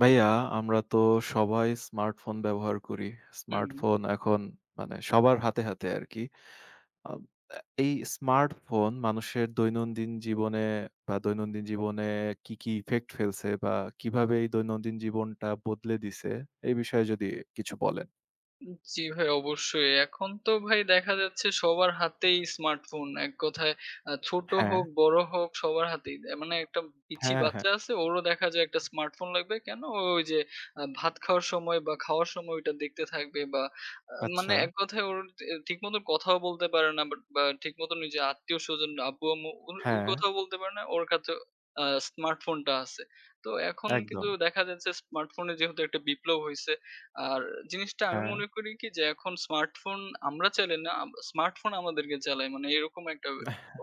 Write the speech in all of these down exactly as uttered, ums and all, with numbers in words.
ভাইয়া, আমরা তো সবাই স্মার্টফোন ব্যবহার করি। হুম, স্মার্টফোন এখন মানে সবার হাতে, হাতে আরকি। আম আ এই স্মার্টফোন মানুষের দৈনন্দিন জীবনে বা দৈনন্দিন জীবনে কি, কি ইফেক্ট ফেলছে বা কিভাবে এই দৈনন্দিন জীবনটা বদলে দিছে, এই বিষয়ে যদি কিছু বলেন। জি ভাই অবশ্যই। এখন তো ভাই দেখা যাচ্ছে সবার হাতেই স্মার্টফোন। এক কথায় আ ছোট হ্যাঁ, হোক, বড় হোক সবার হাতেই। এ মানে একটা পিচ্চি হ্যাঁ, হ্যাঁ। বাচ্চা আছে, ওরও দেখা যায় একটা স্মার্টফোন লাগবে। কেন? ও ওই যে আ ভাত খাওয়ার সময় বা খাওয়ার সময় ওইটা দেখতে থাকবে, বা আ মানে আচ্ছা। এক কথায় ওর এ ঠিক মতো কথাও বলতে পারে না, বাট বা ঠিক মতো নিজের আত্মীয়স্বজন, আব্বু-আম্মু ওর ওই হ্যাঁ, কথাও বলতে পারে না। ওর কাছে আ স্মার্টফোনটা আছে। তো এখন কিন্তু একদম। দেখা যাচ্ছে স্মার্টফোনে যেহেতু একটা বিপ্লব হইছে, আর জিনিসটা আমি হ্যাঁ, মনে করি কি, যে এখন স্মার্টফোন আমরা চালাই না, আম স্মার্টফোন আমাদেরকে চালায়। মানে এরকম একটা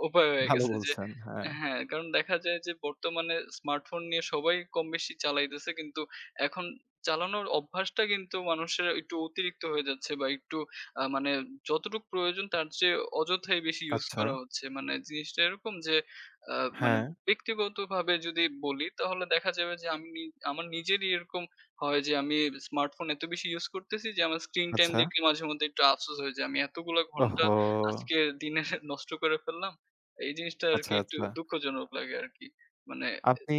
উপায় হয়ে ভালো গেছে যে বলছেন। হ্যাঁ। হ্যাঁ, কারণ দেখা যায় যে বর্তমানে স্মার্টফোন নিয়ে সবাই কমবেশি চালাইতেছে। কিন্তু এখন চালানোর অভ্যাসটা কিন্তু মানুষের একটু অতিরিক্ত হয়ে যাচ্ছে, বা একটু আ মানে যতটুকু প্রয়োজন তার চেয়ে অযথাই বেশি ইউজ আচ্ছা। করা হচ্ছে। মানে জিনিসটা এরকম যে আ মানে হ্যাঁ, ব্যক্তিগতভাবে যদি বলি, তাহলে দেখা যাবে যে আমি নি আমার নিজেরই এরকম হয় যে আমি স্মার্টফোন এত বেশি ইউজ করতেছি যে আমার স্ক্রিন টাইম আচ্ছা। দেখলে মাঝেমধ্যে একটু আফসোস হয় যে আমি এতগুলা ঘন্টা ওহহো! আজকে দিনে নষ্ট করে ফেললাম। এই জিনিসটা আরকি আচ্ছা, একটু আচ্ছা। দুঃখজনক লাগে আরকি। মানে আপনি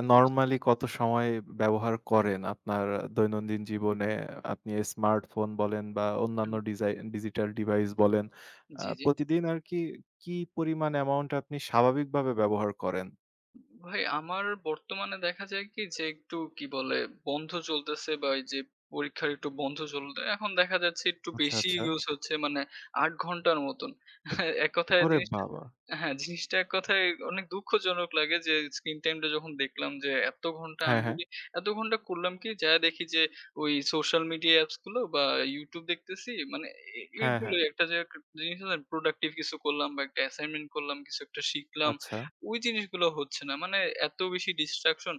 আ জি, নরমালি কত সময় ব্যবহার করেন আপনার দৈনন্দিন জীবনে? আপনি স্মার্টফোন বলেন বা অন্যান্য হুম, ডিজাই ডিজিটাল ডিভাইস বলেন, আ জি, জি। প্রতিদিন আরকি কি কি পরিমাণ অ্যামাউন্ট আপনি স্বাভাবিকভাবে ব্যবহার করেন? ভাই আমার বর্তমানে দেখা যায় কি যে একটু কি বলে বন্ধ চলতেছে, বা এই যে পরীক্ষার একটু বন্ধ চলতে এখন দেখা যাচ্ছে একটু আচ্ছা, বেশি আচ্ছা। ইউজ হচ্ছে, মানে আট ঘন্টার মতন। এক কথায় ওরে জিনিসটা, বাবা! হ্যাঁ, জিনিসটা এক কথায় অনেক দুঃখজনক লাগে, যে স্ক্রিন টাইমটা যখন দেখলাম যে এত ঘন্টা হ্যাঁ, আমি হ্যাঁ। বলি, এত ঘন্টা করলাম কি, যা দেখি যে ওই সোশ্যাল মিডিয়া অ্যাপস গুলো বা YouTube দেখতেছি মানে, এ হ্যাঁ, এগুলো হ্যাঁ। একটা, যে একটা জিনিস আছে না, প্রোডাক্টিভ কিছু করলাম বা একটা অ্যাসাইনমেন্ট করলাম, কিছু একটা শিখলাম। আচ্ছা। ওই জিনিসগুলো হচ্ছে না। মানে এত বেশি distraction,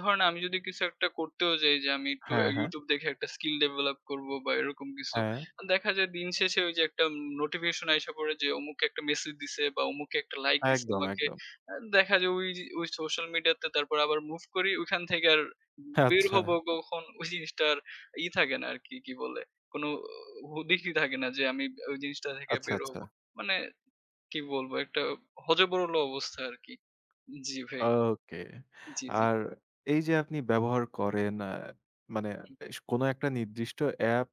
ধরেন আমি যদি কিছু একটা করতেও যাই, যে আমি একটু আ হ্যাঁ, হ্যাঁ। YouTube দেখে একটা skill develop করব বা এরকম কিছু। হ্যাঁ। দেখা যায় দিন শেষে ওই যে একটা নোটিফিকেশন আইসা পড়ে যে অমুকে একটা মেসেজ দিছে বা অমুকে একটা লাইক দিছে একদম, আমাকে। একদম। আ দেখা যায় ওই যে ওই সোশ্যাল মিডিয়াতে তারপর আবার মুভ করি। ওইখান থেকে আর বের আচ্ছা, হবো কখন, ওই জিনিসটা আর ই থাকে না আরকি, কি কি বলে? কোন হুদিকই থাকে না যে আমি ওই জিনিসটা থেকে আচ্ছা, বের আচ্ছা। হবো। মানে কি বলবো? একটা হযবরল অবস্থা আরকি। জি ভাই। ওকে। জি, জি। আর এই যে আপনি ব্যবহার করেন, আ মানে এস কোনো একটা নির্দিষ্ট অ্যাপ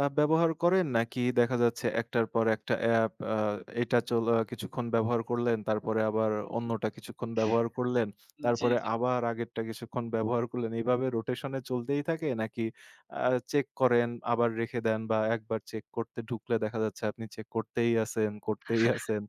আ ব্যবহার করেন, নাকি দেখা যাচ্ছে একটার পর একটা অ্যাপ, আ এটা চল আ কিছুক্ষণ ব্যবহার করলেন, তারপরে আবার অন্যটা কিছুক্ষণ ব্যবহার করলেন, জি, তারপরে জি। আবার আগেরটা কিছুক্ষণ ব্যবহার করলেন। এভাবে রোটেশন এ চলতেই থাকে, নাকি আ চেক করেন, আবার রেখে দেন, বা একবার চেক করতে ঢুকলে দেখা যাচ্ছে আপনি চেক করতেই আছেন, করতেই আছেন,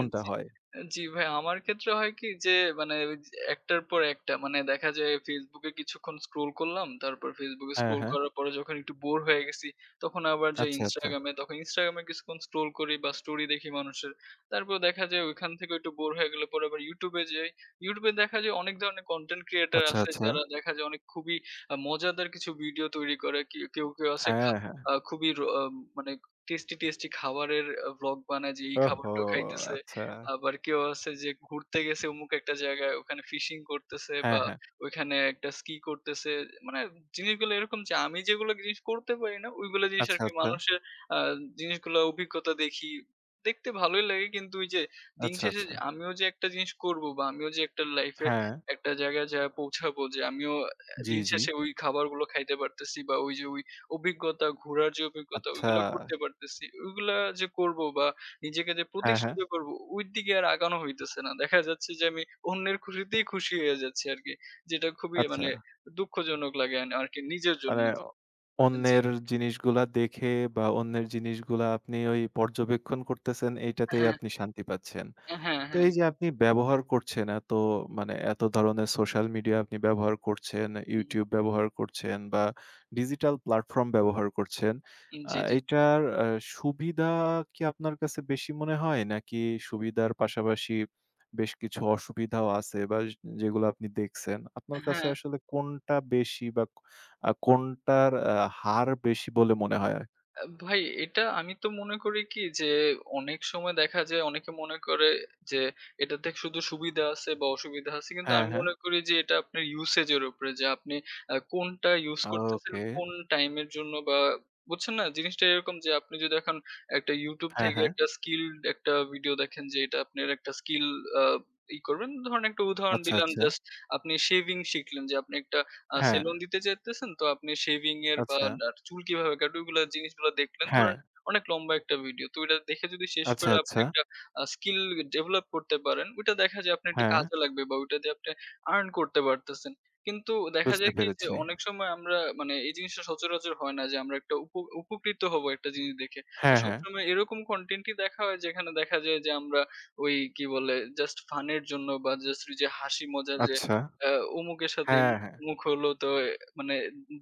আ জি, হয়? জি ভাই, আমার ক্ষেত্রে হয় কি যে মানে ওই যে একটার পর একটা, মানে দেখা যায় Facebook এ কিছুক্ষণ স্ক্রল করলাম। তারপর Facebook এ হ্যাঁ, স্ক্রল হ্যাঁ। করার পরে যখন একটু বোর হয়ে গেছি তখন আবার যাই আচ্ছা, আচ্ছা। Instagram এ, তখন Instagram এ কিছুক্ষণ স্ক্রল করি বা স্টোরি দেখি মানুষের। তারপর দেখা যায় ওইখান থেকেও একটু বোর হয়ে গেলে পরে আবার YouTube এ যাই। YouTube এ দেখা যায় অনেক ধরনের কনটেন্ট ক্রিয়েটর আচ্ছা, আছে, আচ্ছা। যারা দেখা যায় অনেক খুবই আ মজাদার কিছু ভিডিও তৈরি করে। কি কেউ, কেউ আছে খা হ্যাঁ, হ্যাঁ। আ খুবই র আ মানে টেস্টি, টেস্টি খাবারের আ ভ্লগ বানায় যে এই ওহো! খাবারটা খাইতেছে। আচ্ছা। আবার কেউ আছে যে ঘুরতে গেছে অমুক একটা জায়গায়, ওখানে ফিশিং করতেছে হ্যাঁ, বা হ্যাঁ। ওইখানে একটা স্কি করতেছে। মানে জিনিসগুলো এরকম যে আমি যেগুলো জিনিস করতে পারি না, ওইগুলো জিনিস আচ্ছা, আরকি আচ্ছা। মানুষের আ জিনিসগুলো, অভিজ্ঞতা দেখি। দেখতে ভালোই লাগে কিন্তু ওই যে দিন আচ্ছা, শেষে আচ্ছা। যে আমিও যে একটা জিনিস করব, বা আমিও যে একটা লাইফে হ্যাঁ। একটা জায়গায় যেয়ে পৌঁছাবো, যে আমিও অ্যা জি, দিন জি। শেষে ওই খাবারগুলো খাইতে পারতেছি, বা ওই যে ওই অভিজ্ঞতা, ঘোরার যে অভিজ্ঞতা আচ্ছা। ওইগুলা করতে পারতেছি। ওইগুলা যে করব বা নিজেকে যে হ্যাঁ, হ্যাঁ। প্রতিষ্ঠিত করব, ওই দিকে আর আগানো হইতেছে না। দেখা যাচ্ছে যে আমি অন্যের খুশিতেই খুশি হয়ে যাচ্ছি আরকি। যেটা খুবই আচ্ছা। মানে দুঃখজনক লাগে আন আরকি নিজের জন্য। মানে জি, অন্যের জিনিসগুলা দেখে বা অন্যের জিনিসগুলা আপনি ওই পর্যবেক্ষণ করতেছেন, এইটাতেই হ্যাঁ, আপনি শান্তি পাচ্ছেন। হ্যাঁ, তো হ্যাঁ। এই যে আপনি ব্যবহার করছেন, এত মানে এত ধরনের সোশ্যাল মিডিয়া আপনি ব্যবহার করছেন, YouTube ব্যবহার করছেন বা ডিজিটাল প্ল্যাটফর্ম ব্যবহার করছেন। হুম, আ জি, জি। এইটার আ সুবিধা কি আপনার কাছে বেশি মনে হয়? নাকি সুবিধার পাশাপাশি বেশ কিছু অসুবিধাও আছে বা য যেগুলো আপনি দেখছেন? আপনার কাছে হ্যাঁ, আসলে কোনটা বেশি বা ক আ কোনটার আ হার বেশি বলে মনে হয়? আ ভাই, এটা আমি তো মনে করি কি, যে অনেক সময় দেখা যায় অনেকে মনে করে যে এটাতে শুধু সুবিধা আছে বা অসুবিধা আছে। কিন্তু হ্যাঁ, আমি হ্যাঁ। মনে করি যে এটা আপনার ইউসেজ এর উপরে, যে আপনি আ কোনটা ইউস করতেছেন, ওকে। কোন টাইম এর জন্য, বা বুঝছেন না? জিনিসটা এরকম যে আপনি যদি এখন একটা YouTube হ্যাঁ, থেকে হ্যাঁ। একটা স্কিলড একটা ভিডিও দেখেন, যে এটা আপনার একটা স্কিল আ ই করবেন। ধরেন একটা উদাহরণ আচ্ছা, দিলাম আচ্ছা। জাস্ট, আপনি শেভিং শিখলেন, যে আপনি একটা আ হ্যাঁ, সেলুন দিতে চাইতেছেন, তো আপনি শেভিং এর, বা আচ্ছা। না, চুল কিভাবে কাটবে ওইগুলা জিনিসগুলা দেখলেন। হ্যাঁ। ধরেন অনেক লম্বা একটা ভিডিও। তো ওইটা দেখে যদি শেষ আচ্ছা, করে আপনি আচ্ছা। একটা আ স্কিল ডেভেলপ করতে পারেন, ওইটা দেখা যায় আপনার একটু হ্যাঁ, কাজে লাগবে, বা ওইটা দিয়ে আপনি আর্ন করতে পারতেছেন। কিন্তু দেখা বুঝতে যায় কি যে, পেরেছি। অনেক সময় আমরা মানে এই জিনিসটা সচরাচর হয় না যে আমরা একটা উপ উপকৃত হবো একটা জিনিস দেখে। আ হ্যাঁ, হ্যাঁ। সবসময় এরকম কনটেন্টই দেখা হয়, যেখানে দেখা যায় যে আমরা ওই কি বলে জাস্ট ফান এর জন্য, বা জাস্ট ওই যে হাসি মজার, যে আচ্ছা। আ অমুকের সাথে হ্যাঁ, হ্যাঁ। মুখ হলো তো মানে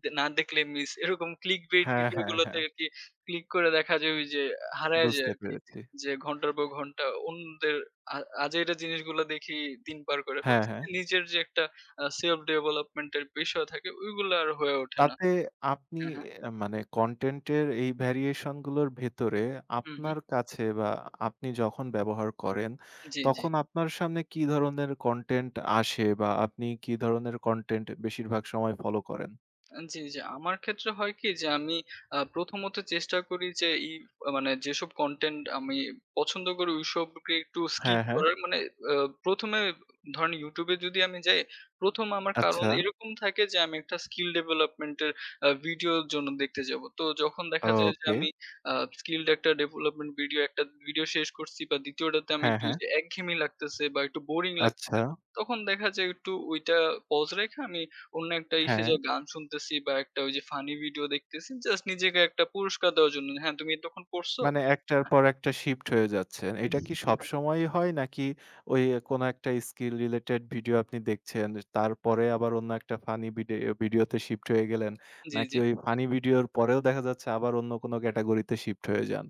দে না দেখলে মিস, এরকম clickbait হ্যাঁ, ভিডিও হ্যাঁ, গুলোতে হ্যাঁ। আরকি ক্লিক করে দেখা যায় ওই যে হারায় যায় বুঝতে আরকি। পেরেছি। যে ঘন্টার পর ঘন্টা অন্যদের আ আজেইরা জিনিসগুলো দেখি, দিন পার করে হ্যাঁ, ফেলছে। হ্যাঁ। নিজের যে একটা আ self development এর বিষয় থাকে, ওইগুলো আর হয়ে ওঠে না। তাতে আপনি হ্যাঁ, হ্যাঁ। অ্যা মানে কনটেন্ট এর এই ভেরিয়েশন গুলোর ভেতরে হুম, হুম। আপনার কাছে, বা আপনি যখন ব্যবহার করেন, জি, জি। তখন আপনার সামনে কি ধরনের কনটেন্ট আসে, বা আপনি কি ধরনের কনটেন্ট বেশিরভাগ সময় ফলো করেন? জি, জি। আমার ক্ষেত্রে হয় কি যে আমি আ প্রথমত চেষ্টা করি যে ই মানে যেসব কনটেন্ট আমি পছন্দ করি ওইসবকে একটু স্কিপ হ্যাঁ, হ্যাঁ। করার। মানে আ প্রথম এ ধরেন YouTube এ যদি আমি যাই, প্রথম আমার কারণ আচ্ছা। এরকম থাকে যে আমি একটা স্কিল ডেভেলপমেন্ট এর আ ভিডিওর জন্য দেখতে যাব। তো যখন দেখা যায় যে ওকে। আমি আ স্কিলড একটা ডেভেলপমেন্ট ভিডিও একটা ভিডিও শেষ করছি, বা দ্বিতীয় টাতে আমি হ্যাঁ, একটু হ্যাঁ। ওইযে একঘেয়েমি লাগতেছে বা একটু বোরিং আচ্ছা। লাগতেছে, তখন দেখা যায় একটু ওইটা পজ রেখে আমি অন্য একটা ইসে, হ্যাঁ। যে গান শুনতেছি বা একটা ওই যে ফানি ভিডিও দেখতেছি, জাস্ট নিজেকে একটা পুরস্কার দেওয়ার জন্য। হ্যাঁ, তুমি এতক্ষণ পড়ছো। মানে একটার পর একটা শিফট হয়ে যাচ্ছে। এটা কি সবসময়ই হয়? নাকি ওই কোনো একটা স্কিল রিলেটেড ভিডিও আপনি দেখছেন, তারপরে আবার অন্য একটা ফানি ভিডি ভিডিওতে শিফট হয়ে গেলেন? জি, নাকি জি। ওই ফানি ভিডিওর পরেও দেখা যাচ্ছে আবার অন্য কোনো ক্যাটেগরিতে শিফট হয়ে যান?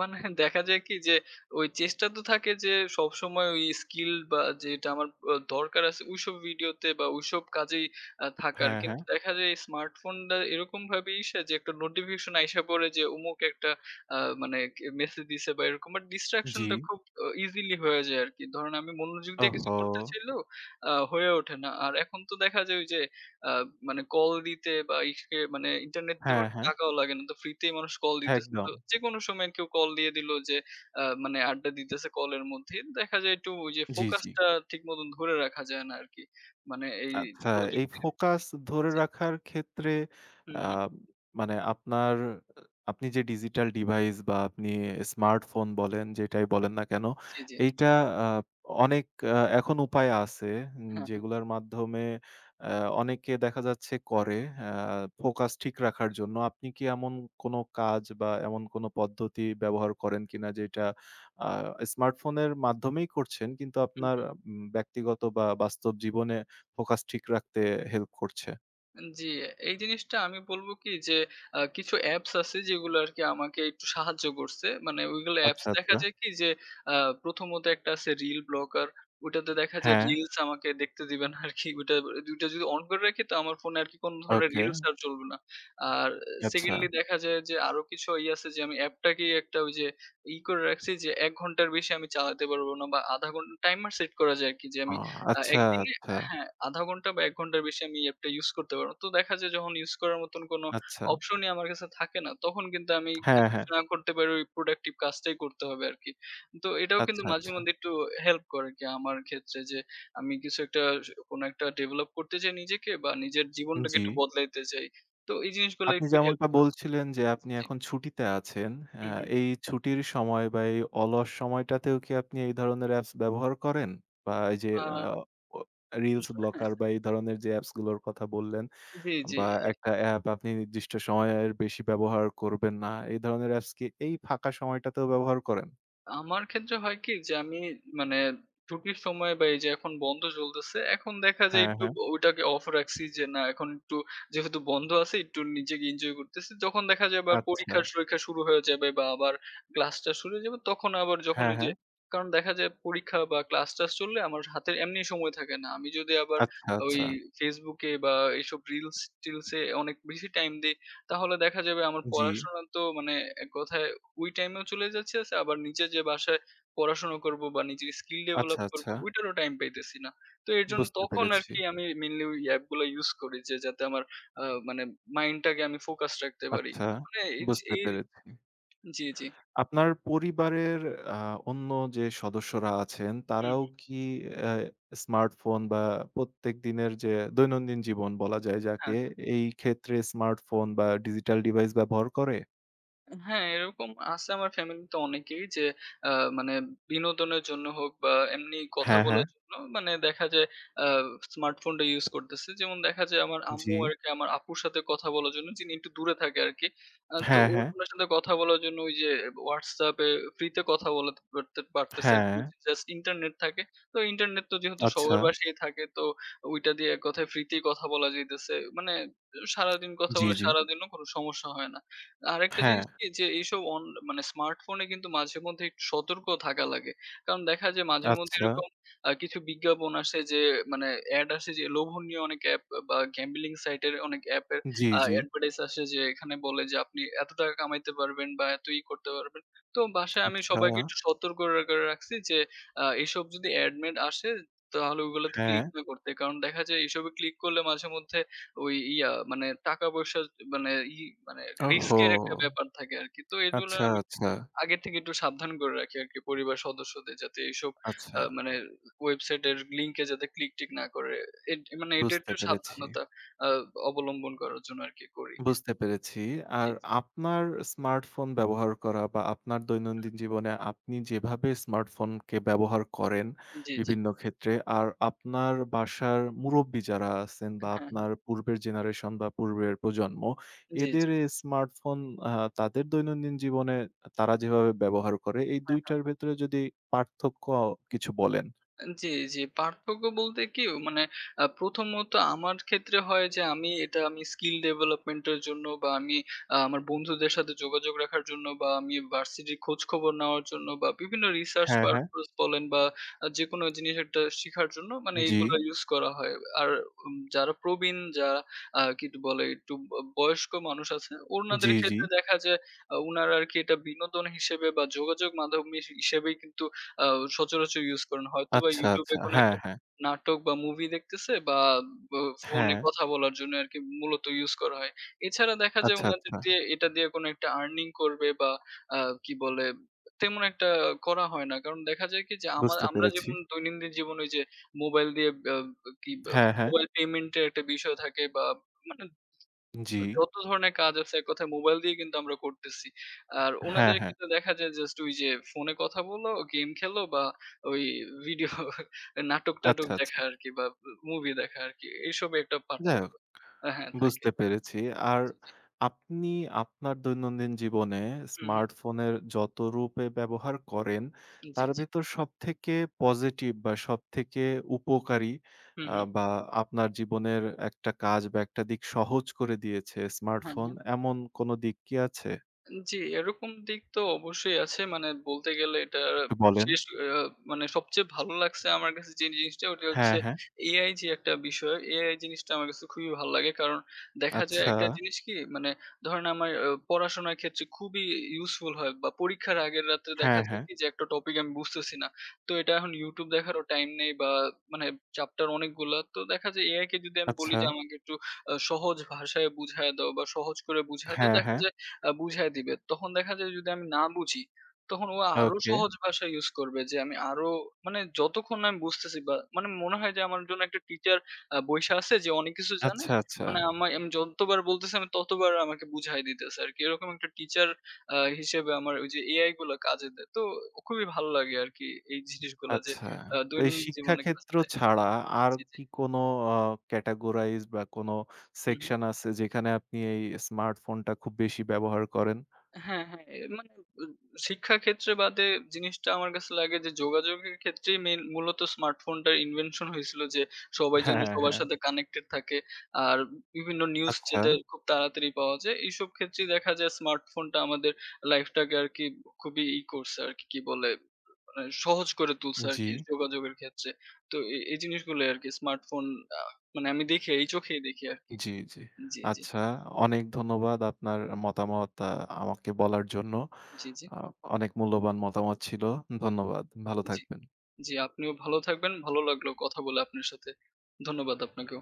মানে দেখা যায় কি, যে ওই চেষ্টা তো থাকে যে সবসময় ওই স্কিল বা যেটা আমার আ দরকার আছে ওইসব ভিডিওতে বা ওইসব কাজেই আ থাকার। হ্যাঁ, কিন্তু হ্যাঁ। দেখা যায় এই স্মার্টফোনটা এরকমভাবে ইসে, যে একটা নোটিফিকেশন আইসা পড়ে যে অমুক একটা আ মানে কে মেসেজ দিছে বা এরকম। বাট ডিসট্রাকশন জি। টা খুব আ ইজিলি হয়ে যায় আরকি। ধরেন আমি মনোযোগ দিয়ে কিছু ওহহো! করতে চাইলেও আ হয়ে ওঠে না। আর এখন তো দেখা যায় ওই যে আ মানে কল দিতে বা ইসকে মানে ইন্টারনেট হ্যাঁ, তেমন হ্যাঁ। টাকাও লাগে না। তো ফ্রিতেই মানুষ কল দিতেছে। তো একদম। যেকোনো সময় কেউ কল দিয়ে দিল, যে আ মানে আড্ডা দিতেছে কলের মধ্যে। দেখা যায় একটু ওই যে জি, জি। ফোকাসটা ঠিক মতন ধরে রাখা যায় না আরকি। মানে এই আচ্ছা, এই প্রযুক্তির, ফোকাস ধরে জি। রাখার ক্ষেত্রে হুম, আ হুম। মানে আপনার আপনি যে ডিজিটাল ডিভাইস বা আপনি স্মার্টফোন বলেন, যেটাই বলেন না কেন, জি, জি। এইটা আ অনেক আ এখন উপায় আছে, হ্যাঁ, হ্যাঁ। যেগুলার মাধ্যমে আ অনেকে দেখা যাচ্ছে করে আ ফোকাস ঠিক রাখার জন্য। আপনি কি এমন কোনো কাজ বা এমন কোনো পদ্ধতি ব্যবহার করেন কিনা, যেটা আ স্মার্টফোনের মাধ্যমেই করছেন, কিন্তু হুম, আপনার হুম। উম ব্যক্তিগত বা বাস্তব জীবনে ফোকাস ঠিক রাখতে হেল্প করছে। জি, এই জিনিসটা আমি বলব কি, যে আ কিছু অ্যাপস আছে যেগুলো আরকি আমাকে একটু সাহায্য করছে। মানে ওইগুলো অ্যাপস আচ্ছা, দেখা আচ্ছা। যায় কি যে আ প্রথমত একটা আছে রিল ব্লকার। ওইটাতে দেখা যায় হ্যাঁ, রিলস আমাকে দেখতে দিবে না আরকি। ওইটা ওইটা দুইটা যদি অন করে রাখি তো আমার ফোনে আরকি কোন ধরনের ওকে। রিলস আর চলবে না। আর আচ্ছা। সেকেন্ডলি দেখা যায় যে আরো কিছু ই আছে, যে আমি অ্যাপটাকেই একটা ওই যে ই করে রাখছি, যে এক ঘন্টার বেশি আমি চালাতে পারব না, বা আধা ঘন্টা টাইমার সেট করা যায় আরকি, যে আমি ও আ আচ্ছা, একদিনে, আচ্ছা, হ্যাঁ, আধা ঘন্টা বা এক ঘন্টার বেশি আমি অ্যাপটা ইউজ করতে পারব না। তো দেখা যায় যখন ইউজ করার মতন কোনো আচ্ছা। অপশনই আমার কাছে থাকে না, তখন কিন্তু আমি কি হ্যাঁ, হ্যাঁ। কিছু না করতে পারি, ওই প্রোডাক্টিভ কাজটাই করতে হবে আরকি। তো এটাও কিন্তু আচ্ছা, মাঝে আচ্ছা। মধ্যে একটু হেল্প করে আরকি, আমার ক্ষেত্রে, যে আমি কিছু একটা, স কোনো একটা ডেভেলপ করতে চাই নিজেকে, বা নিজের জীবনটাকে জি। একটু বদলাইতে চাই। তো এই জিনিসগুলো আপনি একটু হেল্প যেমনটা করে। বলছিলেন যে জি, আপনি জি। এখন ছুটিতে আছেন। আ হুম, হুম। এই ছুটির সময় বা এই অলস সময়টাতেও কি আপনি এই ধরনের অ্যাপস ব্যবহার করেন? বা এই যে আ আ ও রিলস ব্লকার বা এই ধরনের যে অ্যাপস গুলোর কথা বললেন, জি, জি। বা একটা অ্যাপ আপনি নির্দিষ্ট সময়ের বেশি ব্যবহার করবেন না। এই ধরনের অ্যাপস কি এই ফাঁকা সময়টাতেও ব্যবহার করেন? আমার ক্ষেত্রে হয় কি যে আমি মানে ছুটির সময় বা এই যে এখন বন্ধ চলতেছে, এখন দেখা যায় হ্যাঁ, একটু হ্যাঁ। ওইটাকে অফ রাখছি, যে না এখন একটু যেহেতু বন্ধ আছে একটু নিজেকে এনজয় করতেছি, যখন দেখা যায় আবার আচ্ছা। পরীক্ষা সুরক্ষা শুরু হয়ে যাবে বা আবার ক্লাসটা শুরু হয়ে যাবে তখন আবার, যখন হ্যাঁ, ওই যে, হ্যাঁ। কারণ দেখা যায় পরীক্ষা বা ক্লাস টাস চললে আমার হাতে এমনি সময় থাকে না, আমি যদি আবার আচ্ছা, ওই আচ্ছা। ফেসবুকে বা এইসব রিলস টিলসে অনেক বেশি টাইম দিই, তাহলে দেখা যাবে আমার জি। পড়াশোনা তো মানে এক কথায় ওই টাইমেও চলে যাচ্ছে আছে, আবার নিজে যে বাসায় পড়াশোনা করব বা নিজের স্কিল ডেভেলপ আচ্ছা, করব আচ্ছা। ওইটারও টাইম পাইতেছি না। তো এর জন্য বুঝতে তখন পেরেছি। আরকি আমি মেইনলি ওই অ্যাপ গুলা ইউজ করি, যে যাতে আমার আ মানে মাইন্ডটাকে আমি ফোকাস রাখতে পারি। আচ্ছা, মানে এই যে বুঝতে এই। পেরেছি। জি, জি। আপনার পরিবারের আ অন্য যে সদস্যরা আছেন, হুম, তারাও কি অ্যা স্মার্টফোন বা প্রত্যেক দিনের যে দৈনন্দিন জীবন বলা যায় হ্যাঁ। যাকে, এই ক্ষেত্রে স্মার্টফোন বা ডিজিটাল ডিভাইস ব্যবহার করে? হ্যাঁ, এরকম আছে আমার ফ্যামিলিতে অনেকেই, যে আ মানে বিনোদনের জন্য হোক বা এমনি কথা হ্যাঁ, হ্যাঁ। বলার জন্য, মানে দেখা যায় আ স্মার্টফোনটা ইউজ করতেছে। যেমন দেখা যায় আমার আম্মু জি। আরকি আমার আপুর সাথে কথা বলার জন্য, যিনি একটু দূরে থাকে আরকি। আ তো হ্যাঁ, ও হ্যাঁ। উনার সাথে কথা বলার জন্য ওই যে WhatsApp এ ফ্রিতে কথা বলাতে পারতে পারতেছে হ্যাঁ। আরকি। জাস্ট ইন্টারনেট থাকে। তো ইন্টারনেট তো যেহেতু আচ্ছা। সবার বাসায় থাকে, তো ওইটা দিয়ে এক কথায় ফ্রিতেই কথা বলা যাইতেছে। মানে সারাদিন কথা জি, বলে জি। সারাদিনও কোনো সমস্যা হয় না। আরেকটা হ্যাঁ। জিনিস কি, যে এইসব অন মানে স্মার্টফোনে কিন্তু মাঝে মধ্যে একটু সতর্ক থাকা লাগে। কারণ দেখা যায় মাঝে মধ্যে আচ্ছা। এরকম আ কিছু বিজ্ঞাপন আসে যে, মানে এড আসে যে লোভনীয় অনেক অ্যাপ বা গ্যাম্বলিং সাইট এর অনেক অ্যাপের জি, আ জি। অ্যাডভার্টাইজ আসে, যে এখানে বলে যে আপনি এত টাকা কামাইতে পারবেন বা এত ই করতে পারবেন। তো বাসায় আমি আচ্ছা। সবাইকে একটু সতর্ক রা করে রাখছি যে আ এইসব যদি এড-মেড আসে, তাহলে ওগুলোতে হ্যাঁ। ক্লিক না করতে। কারণ দেখা যায় এসবে ক্লিক করলে মাঝে মধ্যে ওই ইয়া মানে টাকা-পয়সা, মানে ই মানে ওহো! রিস্কের একটা ব্যাপার থাকে আরকি। তো এগুলো আচ্ছা, আমি আচ্ছা, আগে থেকে একটু সাবধান করে রাখি আরকি পরিবার সদস্যদের, যাতে এইসব আচ্ছা। আ মানে ওয়েবসাইটের লিংকে যাতে ক্লিক-টিক না করে। এট মানে এটা বুঝতে একটু পেরেছি, সাবধানতা আ অবলম্বন করার জন্য আরকি করি। বুঝতে পেরেছি। জি, আর আপনার স্মার্টফোন ব্যবহার করা বা আপনার দৈনন্দিন জীবনে আপনি যেভাবে স্মার্টফোনকে ব্যবহার করেন জি, জি, জি। বিভিন্ন ক্ষেত্রে, আর আপনার বাসার মুরুব্বি যারা আছেন, বা হ্যাঁ, হ্যাঁ। আপনার পূর্বের জেনারেশন বা পূর্বের প্রজন্ম, জি, জি। এদের এ স্মার্টফোন আ তাদের দৈনন্দিন জীবনে তারা যেভাবে ব্যবহার করে, এই হ্যাঁ, দুই হ্যাঁ। টার ভেতরে যদি পার্থক্য কিছু বলেন। জি, জি। পার্থক্য বলতে কি, মানে আ প্রথমত আমার ক্ষেত্রে হয় যে, আমি এটা, আমি স্কিল ডেভেলপমেন্ট এর জন্য বা আমি, আ আমার বন্ধুদের সাথে যোগাযোগ রাখার জন্য, বা আমি ভার্সিটির খোঁজখবর নেওয়ার জন্য, বা বিভিন্ন রিসার্চ হ্যাঁ, হ্যাঁ। পারপোজ বলেন, বা আ যেকোনো জিনিস একটা শিখার জন্য, মানে জি, এইগুলা ইউজ করা হয়। আর উম যারা প্রবীণ, যারা আ কি বলে, একটু ব বয়স্ক মানুষ আছে, উনাদের জি, জি। ক্ষেত্রে দেখা যায় আ উনারা আরকি এটা বিনোদন হিসেবে বা যোগাযোগ মাধ্যম হিস হিসেবেই কিন্তু আ সচরাচর ইউজ করেন। হয়তোবা আচ্ছা, YouTube এ আচ্ছা। কোনো হ্যাঁ, একটা হ্যাঁ। নাটক বা মুভি দেখতেছে, বা ব ফোনে হ্যাঁ। কথা বলার জন্য আরকি মূলত ইউজ করা হয়। এছাড়া দেখা যায় আচ্ছা, উনাদের আচ্ছা। দিয়ে, এটা দিয়ে কোনো একটা earning করবে বা আ কি বলে, তেমন একটা করা হয় না। কারণ দেখা যায় কি যে, আমা বুঝতে আমরা পেরেছি। যেমন দৈনন্দিন জীবনে ওই যে মোবাইল দিয়ে আ কি বা হ্যাঁ, হ্যাঁ। মোবাইল পেমেন্ট এর একটা বিষয় থাকে, বা মানে জি। যত ধরনের কাজ আছে এক কথায় মোবাইল দিয়ে কিন্তু আমরা করতেছি। আর হ্যাঁ, উনাদের হ্যাঁ। ক্ষেত্রে দেখা যায় জাস্ট ওই যে ফোনে কথা বললো, গেম খেললো, বা ওই ভিডিও নাটক-টাটক আচ্ছা, আচ্ছা। দেখা আরকি, বা মুভি দেখা আরকি। এসবে একটা যাই পার্থক্য হোক, আ হ্যাঁ থাকে। বুঝতে পেরেছি। আর জি, জি। আপনি আপনার দৈনন্দিন জীবনে হুম, হুম। স্মার্টফোনের যত রূপে ব্যবহার করেন, জি, তার জি। ভেতর সবথেকে পজিটিভ বা সবথেকে উপকারী, হুম, আ হুম। বা আপনার জীবনের একটা কাজ বা একটা দিক সহজ করে দিয়েছে হ্যাঁ, স্মার্টফোন, হ্যাঁ। এমন কোন দিক কি আছে? জি, এরকম দিক তো অবশ্যই আছে। মানে বলতে গেলে, এটা একটু বলেন। শেষ, আ মানে সবচেয়ে ভালো লাগছে আমার কাছে যে জিনিসটা, ওটা হ্যাঁ, হচ্ছে হ্যাঁ। A I. যে একটা বিষয়, এ আই জিনিসটা আমার কাছে খুবই ভালো লাগে। কারণ দেখা যায় আচ্ছা। একটা জিনিস, কি মানে, ধরেন আমার আ পড়াশোনার ক্ষেত্রে খুবই ইউজফুল হয়, বা পরীক্ষার আগের রাত্রে দেখা হ্যাঁ, যায় হ্যাঁ। কি যে, একটা টপিক আমি বুঝতেছি না। তো এটা এখন YouTube দেখারও টাইম নেই, বা মানে চ্যাপ্টার অনেকগুলা। তো দেখা যায় এ আই কে যদি আমি বলি আচ্ছা। যে, আমাকে একটু আ সহজ ভাষায় বুঝায় দাও, বা সহজ করে বুঝায় দাও, হ্যাঁ, দেখা হ্যাঁ। যায় আ বুঝায় দিবে। তখন দেখা যায় যদি আমি না বুঝি, তখন ও আরো ওকে। সহজ ভাষা ইউজ করবে, যে আমি আরো, মানে যতক্ষণ না আমি বুঝতেছি, বা মানে, মনে হয় যে আমার জন্য একটা টিচার আ বইসা আছে যে অনেক কিছু জানে। আচ্ছা, আচ্ছা, মানে আমায় আমি যতবার বলতেছি আমি ততবার আমাকে বুঝায় দিতেছে আরকি। এরকম একটা টিচার আ হিসেবে আমার ওই যে এআই গুলা কাজে দেয়। তো খুবই ভালো লাগে আরকি এই জিনিসগুলা যে আচ্ছা। আ তো এই দৈনন্দিন জীবনে কাজে শিক্ষাক্ষেত্র দেয়। ছাড়া আর জি, জি। কি কোনো আ categorize বা কোনো হুম, হুম। সেকশন আছে যেখানে আপনি এই স্মার্টফোনটা খুব বেশি ব্যবহার করেন? হ্যাঁ, হ্যাঁ। এ মানে, উ শিক্ষা ক্ষেত্রে বাদে, জিনিসটা আমার কাছে লাগে যে, যোগাযোগের ক্ষেত্রেই মেইন, মূলত স্মার্টফোনটার ইনভেনশন হয়েছিল যে, সবাই হ্যাঁ, যেন হ্যাঁ, সবার হ্যাঁ। সাথে কানেক্টেড থাকে। আর বিভিন্ন নিউজ আচ্ছা। যাতে খুব তাড়াতাড়ি পাওয়া যায়। এইসব ক্ষেত্রেই দেখা যায় স্মার্টফোনটা আমাদের লাইফটাকে আরকি খুবই ই করছে আরকি, কি কি বলে, মানে সহজ করে তুলছে জি, আরকি যোগাযোগের ক্ষেত্রে। তো এ এই জিনিসগুলোই আরকি স্মার্টফোন, আ মানে আমি দেখি, এই চোখেই দেখি আরকি। জি, জি। জি, জি। আচ্ছা। অনেক ধন্যবাদ আপনার মতামত আ আমাকে বলার জন্য। জি, জি। আ অনেক মূল্যবান মতামত ছিল। ধন্যবাদ। ভালো জি। থাকবেন। জি, আপনিও ভালো থাকবেন। ভালো লাগলো কথা বলে আপনার সাথে। ধন্যবাদ আপনাকেও।